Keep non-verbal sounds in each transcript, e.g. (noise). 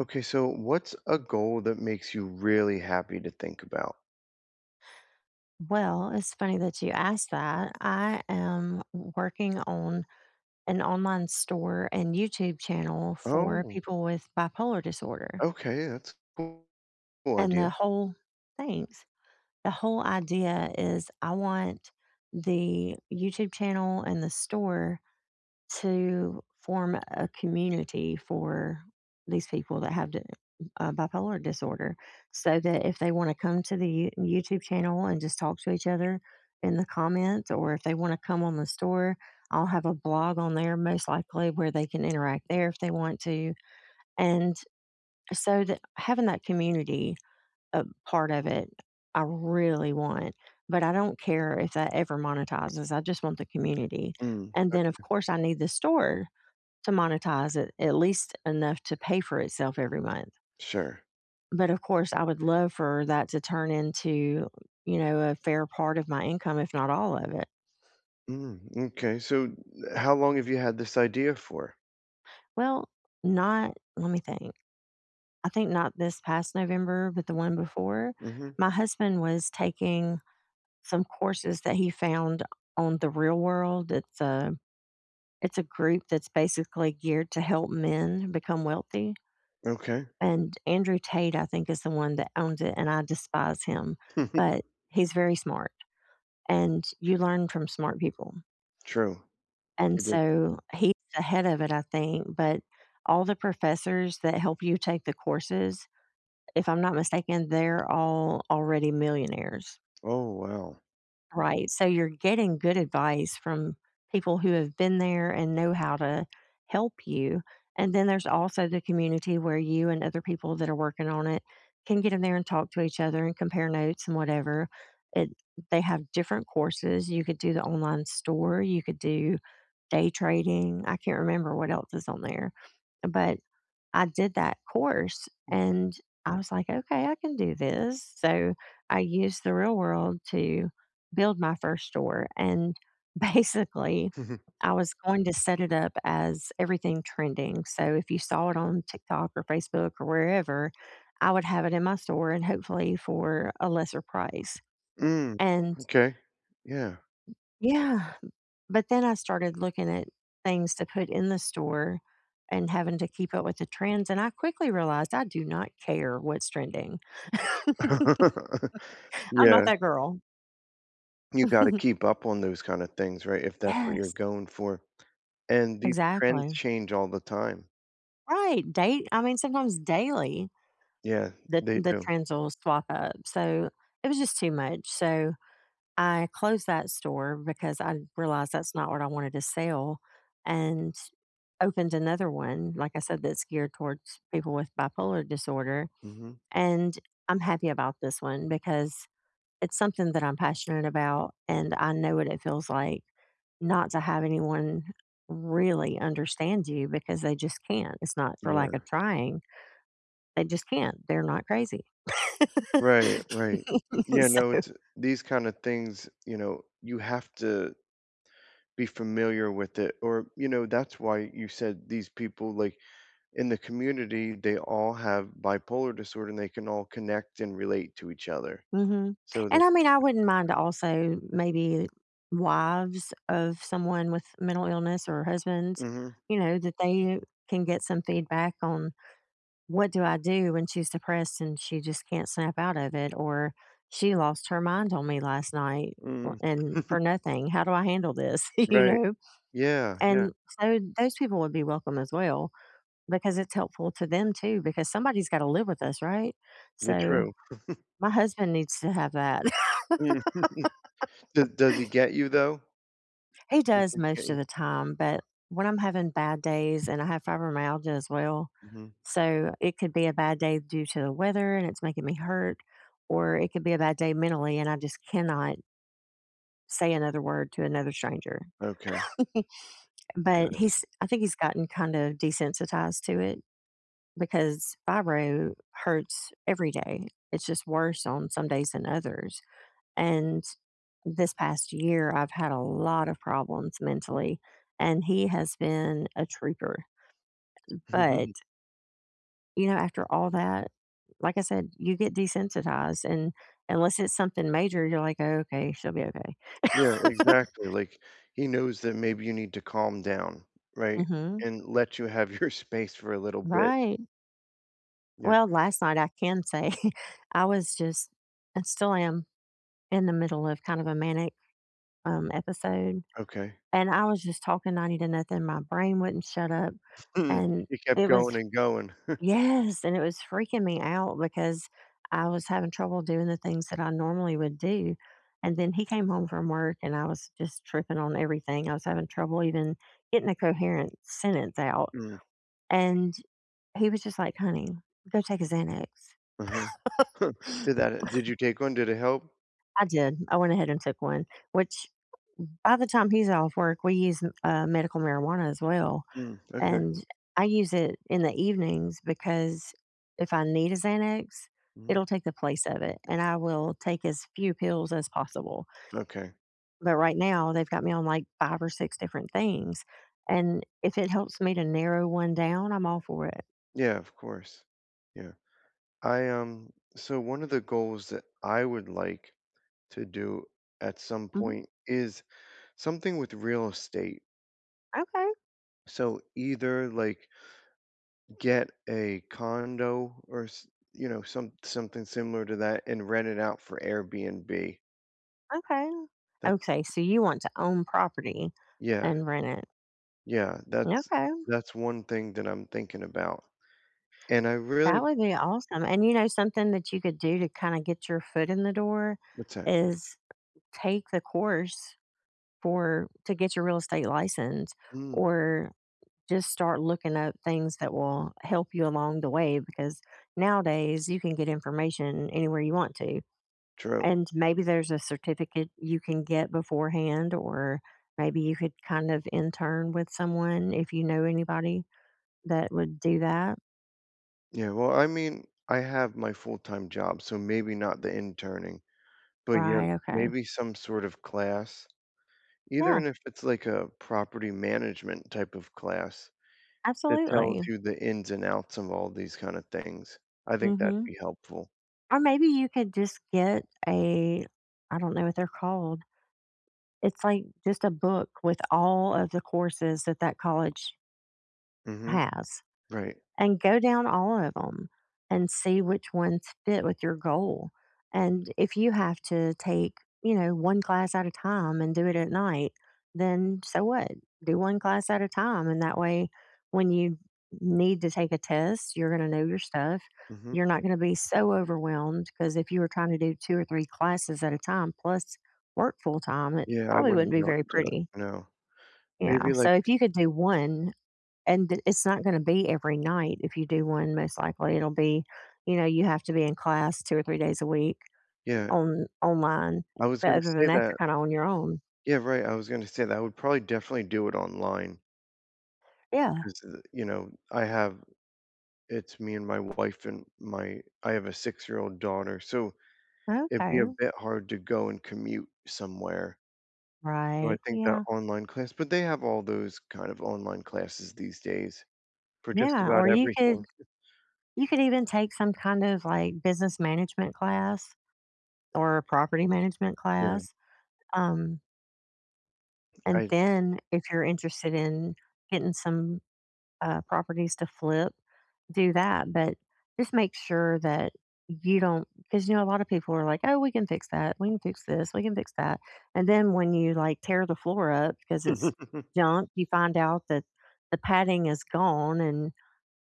Okay, so what's a goal that makes you really happy to think about? Well, it's funny that you asked that. I am working on an online store and YouTube channel for Oh, people with bipolar disorder. okay, that's cool And the idea. whole Thanks. The whole idea is I want the YouTube channel and the store to form a community for these people that have bipolar disorder so that if they want to come to the YouTube channel and just talk to each other in the comments, or if they want to come on the store, I'll have a blog on there most likely where they can interact there if they want to. And so that having that community part of it, I really want. But I don't care if that ever monetizes. I just want the community. Mm, And then, ok- of course, I need the store to monetize it, at least enough to pay for itself every month. Sure. But of course, I would love for that to turn into, a fair part of my income, if not all of it. Mm, okay, so how long have you had this idea for? Well, not let me think. I think not this past November, but the one before, Hmm. my husband was taking some courses that he found on The Real World. It's a group that's basically geared to help men become wealthy. Okay. And Andrew Tate, I think, is the one that owns it, and I despise him, (laughs) but he's very smart, and you learn from smart people. True. And You did. so he's ahead of it, I think. But all the professors that help you take the courses, if I'm not mistaken, they're all already millionaires. Oh, wow. Right, so you're getting good advice from people who have been there and know how to help you, and then there's also the community where you and other people that are working on it can get in there and talk to each other and compare notes and whatever. It they have different courses. You could do the online store, you could do day trading, I can't remember what else is on there, but I did that course and I was like, okay, I can do this. So I used The Real World to build my first store. And (laughs) basically, (laughs) I was going to set it up as everything trending. So if you saw it on TikTok or Facebook or wherever, I would have it in my store and hopefully for a lesser price. Mm, And okay, yeah. yeah, but then I started looking at things to put in the store and having to keep up with the trends, and I quickly realized I do not care what's trending. (laughs) I'm not Yeah, that girl. you got to (laughs) keep up on those kind of things, right? If that's what you're Yes, going for. And these trends exactly. change all the time. Right, date I mean, sometimes daily, Yeah, the they the do. trends will swap up, so it was just too much, so I closed that store because I realized that's not what I wanted to sell and opened another one, like I said, that's geared towards people with bipolar disorder. Hmm. And I'm happy about this one because it's something that I'm passionate about and I know what it feels like not to have anyone really understand you because they just can't. It's not for lack of trying. They just can't. They're not crazy. (laughs) Right, right. Yeah, no, so it's these kind of things, you have to be familiar with it. Or, that's why you said these people, like in the community, they all have bipolar disorder and they can all connect and relate to each other. Mhm. So And the, I mean, I wouldn't mind also maybe wives of someone with mental illness or husbands, mm-hmm. you know, that they can get some feedback on what do I do when she's depressed and she just can't snap out of it? Or she lost her mind on me last night Mm. and for (laughs) nothing. How do I handle this? (laughs) You Right. know? Yeah, yeah, And so those people would be welcome as well because it's helpful to them too, because somebody's got to live with us, right? you're So true. my husband needs to have that. Mm. Does he get you though? (laughs) He Does does he get most of you? the time, but when I'm having bad days and I have fibromyalgia as well, Hmm. so it could be a bad day due to the weather and it's making me hurt, or it could be a bad day mentally and I just cannot say another word to another stranger. Okay, (laughs) But got he's, I think, he's gotten kind of desensitized to it because fibro hurts every day. It's just worse on some days than others. And this past year, I've had a lot of problems mentally, and he has been a trooper. But it. (laughs) After all that, like I said, you get desensitized, and unless it's something major, you're like, "Oh, okay, she'll be okay." Yeah, (laughs) exactly, like, he knows that maybe you need to calm down, right? Mhm. And let you have (laughs) your space for a little bit. Right. Yeah, Well, last night, I can say, (laughs) I was just and still am in the middle of kind of a manic, episode, okay. (clears throat) and I was just talking 90 to nothing. My brain wouldn't shut up, and You kept it was going and going. (clears throat) Yes, and it was freaking me out because I was having trouble doing the things that I normally would do. And then he came home from work and I was just tripping on everything. I was having trouble even getting a coherent sentence out. Mm, And he was just like, honey, go take a Xanax. uh-huh. (gasps) Did you take one? Did it help? I did. I went ahead and took one, which by the time he's off work, we use medical marijuana as well. Mm, okay, And I use it in the evenings because if I need a Xanax, mhm, it'll take the place of it, and I will take as few pills as possible. okay. But right now, they've got me on like 5 or 6 different things, and if it helps me to narrow one down, I'm all for it. Yeah, of course. Yeah. So one of the goals that I would like to do at some Mhm. point is something with real estate. Okay, So either, like, get a condo or something similar to that and rent it out for Airbnb. okay. That's Okay, so you want to own property Yeah, and rent it. yeah, that's Okay, that's one thing that I'm thinking about. And I that really would be awesome, and you know something that you could do to kinda get your foot in the door What's that? is take the course for to get your real estate license, Mm, or just start looking up things that will help you along the way because nowadays you can get information anywhere you want to. true. And maybe there's a certificate you can get beforehand, or maybe you could kind of intern with someone if you know anybody that would do that. Yeah, well, I mean, I have my full-time job, so maybe not the interning, but yeah, Right. Okay. maybe some sort of class, either Yeah, and if it's like a property management type of class that tells absolutely. you the ins and outs of all these kind of things. I think that'd hmm be helpful. Or maybe you could just get a, I don't know what they're called. It's like just a book with all of the courses that that college Mhm, has, right, and go down all of them and see which ones fit with your goal. And if you have to take, one class at a time and do it at night, then so what? Do one class at a time. And that way, when you need to take a test, you're going to know your stuff. mhm. You're not going to be so overwhelmed because if you were trying to do two or three classes at a time plus work full time, it Yeah, I probably wouldn't wouldn't be be able very to do pretty. it, no. Yeah, Maybe, so like if you could do one and th it's not gonna be every night. If you do one, most likely it'll be, you have to be in class 2 or 3 days a week yeah, on online, I was but gonna other than say that, you're that. kinda on your own. Yeah, right, I was gonna say that I would probably definitely do it online Yeah, because I have it's me and my wife and my I have a six-year-old daughter, so it'd be okay, a bit hard to go and commute somewhere. So I right, think that yeah, online class, but they have all those kind of online classes these days for just yeah, about or you could everything. you could even take some kind of, like, business management class or a property management Yeah, class, um, and I then if you're interested in getting some properties to flip, do that. But just make sure that you don't, because a lot of people are like, oh, we can fix that. We can fix this. We can fix that. And then when you like tear the floor up because it's (laughs) junk, you find out that the padding is gone and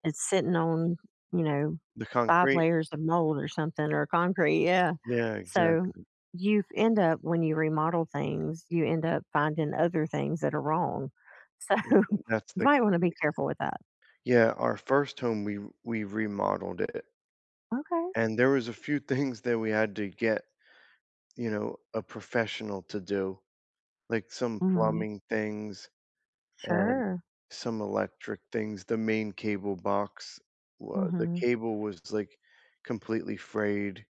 it's sitting on, you know, The five concrete? layers of mold or something or concrete. Yeah. Yeah, So exactly. you end up, when you remodel things, you end up finding other things that are wrong. So (laughs) you That's the might want to be careful with that. Yeah, our first home, we remodeled it, Okay. and there was a few (laughs) things that we had to get, a professional to do, like some Mhm. plumbing things and Sure. some electric things. The main cable box, the Mhm. cable was like completely frayed.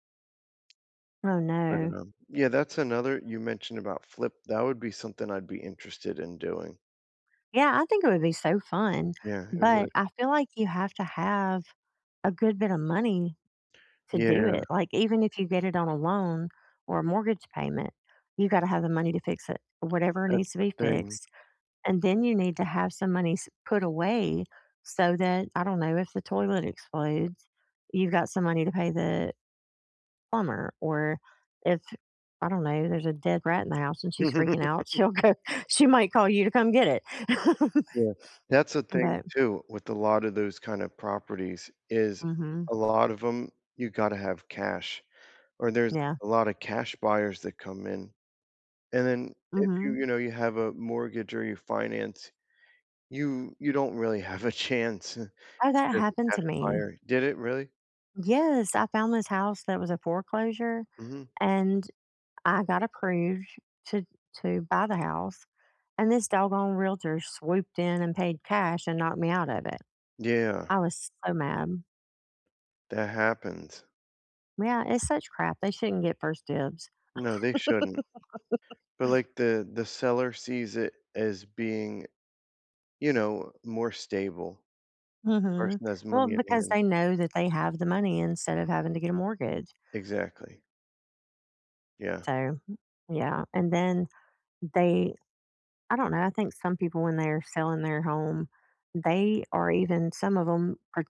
Oh, But no. Yeah, that's another you mentioned about flip. That would be something I'd be interested in doing. Yeah, I think it would be so fun, Yeah, it would. but I feel like you have to have a good bit of money to do Yeah, it. Like, even if you get it on a loan or a mortgage payment, you gotta have the money to fix it, whatever needs that's to the be thing. fixed, and then you need to have some money s put away so that, I don't know, if the toilet explodes, you've got some money to pay the plumber or if, I don't know, there's a dead rat in the house and she's freaking (laughs) out, she'll go (laughs) she might call you to come get it. (laughs) Yeah. That's the thing But too with a lot of those kind of properties is mhm, a lot of them you gotta have cash, or there's yeah, a lot of cash buyers that come in. And then if you, mhm. You have a mortgage or you finance, you don't really have a chance (laughs) as a Oh, that happened cash to me. buyer. Did it really? Yes, I found this house that was a foreclosure Mhm. and I got approved to to buy the house, and this doggone realtor swooped in and paid cash and knocked me out of it. Yeah, I was so mad. that happens. Yeah, it's such crap. They shouldn't get first dibs. No, they shouldn't. But, like, the seller sees it as being, more stable, the Mhm. person has Well, money in because hand. they know that they have the money instead of having to get a mortgage. Exactly. Yeah. So, yeah, and then they I don't know, I think some people when they're selling their home, they are even some of 'em are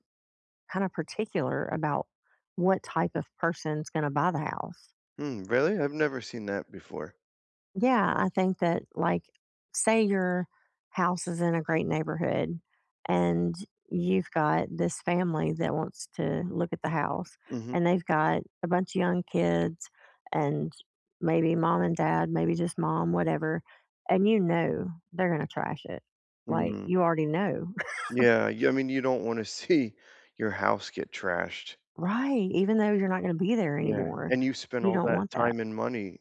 kinda particular about what type of person's gonna buy the house. Hmm, really? I've never seen that before. Yeah, I think that like, say your house is in a great neighborhood and you've got this family that wants to look at the house Mhm. and they've got a bunch of young kids and maybe mom and dad, maybe just mom, whatever, and you know they're going to trash it. Like Mm. you already know. (laughs) Yeah, y I mean, you don't wanna (laughs) see your house get trashed. Right, even though you're not going to be there Yeah, anymore, and you spend you all don't that want that. time and money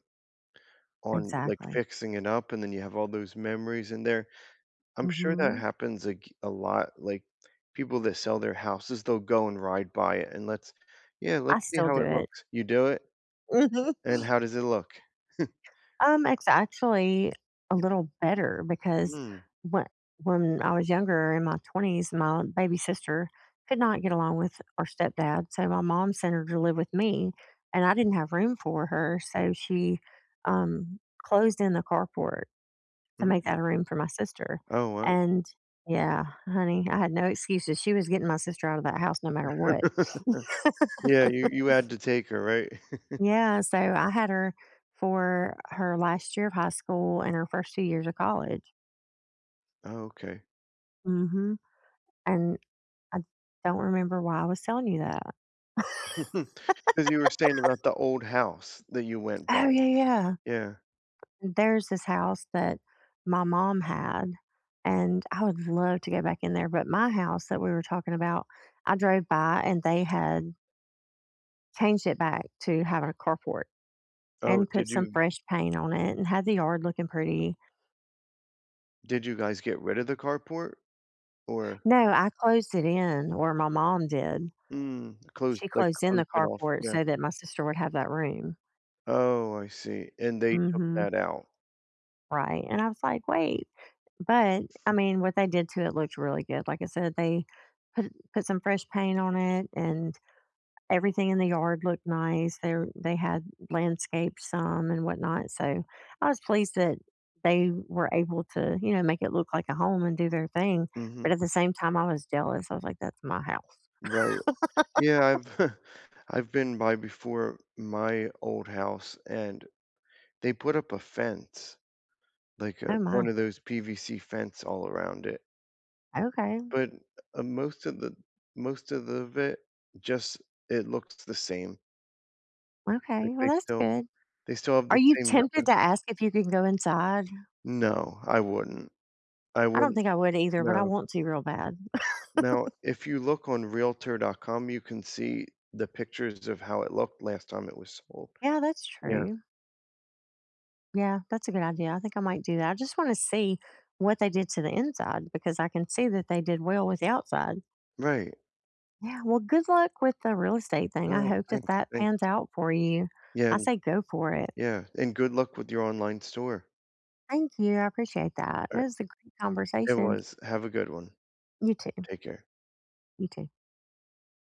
on, like, Exactly. fixing it up, and then you have all those memories in there. I'm sure that Mhm. happens, like, a lot, like, people that sell their houses, they'll go and ride by it, and let's yeah, I let's see still how it do looks. You do it, it. (laughs) and how does it look? It's actually a little better because Mm, when when I was younger in my twenties, my baby sister could not get along with our stepdad, so my mom sent her to live with me, and I didn't have room for her, so she closed in the carport to make mm. that a room for my sister. Oh, wow. And yeah, honey, I had no excuses. She was getting my sister out of that house no matter what. (laughs) Yeah, you had to take her, right? (laughs) Yeah, so I had her for her last year of high school and her first 2 years of college. Oh, okay. Mhm, and I don't remember why I was telling you that. Because you were saying about the old house that you went by. Oh, yeah, yeah. Yeah. There's this house that my mom had, and I would love to go back in there, but my house that we were talking about, I drove by and they had changed it back to having a carport Oh, and put some fresh paint on it and had the yard looking pretty. did you guys get rid of the carport? Or No, I closed it in, or my mom did. Mm, She closed in the closed it off, carport yeah. so that my sister would have that room. Oh, I see, and they took Mhm, that out. right, and I was like, "Wait." But, I mean, what they did to it looked really good. Like I said, they put some fresh paint on it, and everything in the yard looked nice. They had landscaped some and whatnot, so I was pleased that they were able to, make it look like a home and do their thing, Mhm. but at the same time, I was jealous. I was like, "That's my house." Right. Yeah, I've (laughs) I've been by before my old house, and they put up a fence, like, "Oh, my. one of those PVC fence all around it, Okay, but, uh, most of the most of the of it just it looks the same. okay. Like, Well, they that's still good." they still have Are the you same tempted number? to ask if you can go inside? No, I wouldn't. I I don't wouldn't, think I would either, but I no. want to real bad. Now, if you look on Realtor.com, you can see the pictures of how it looked last time it was sold. Yeah, that's Yeah, true. Yeah, that's a good idea. I think I might do that. I just want to see what they did to the inside because I can see that they did well with the outside. right. Yeah, well, good luck with the real estate thing. I Oh, hope that thanks, that thanks. pans out for you. Yeah, I say go for it. yeah, and good luck with your online store. Thank you. I appreciate that. It Alright, was a great it conversation. was. Have a good one. You too. Take care. You too.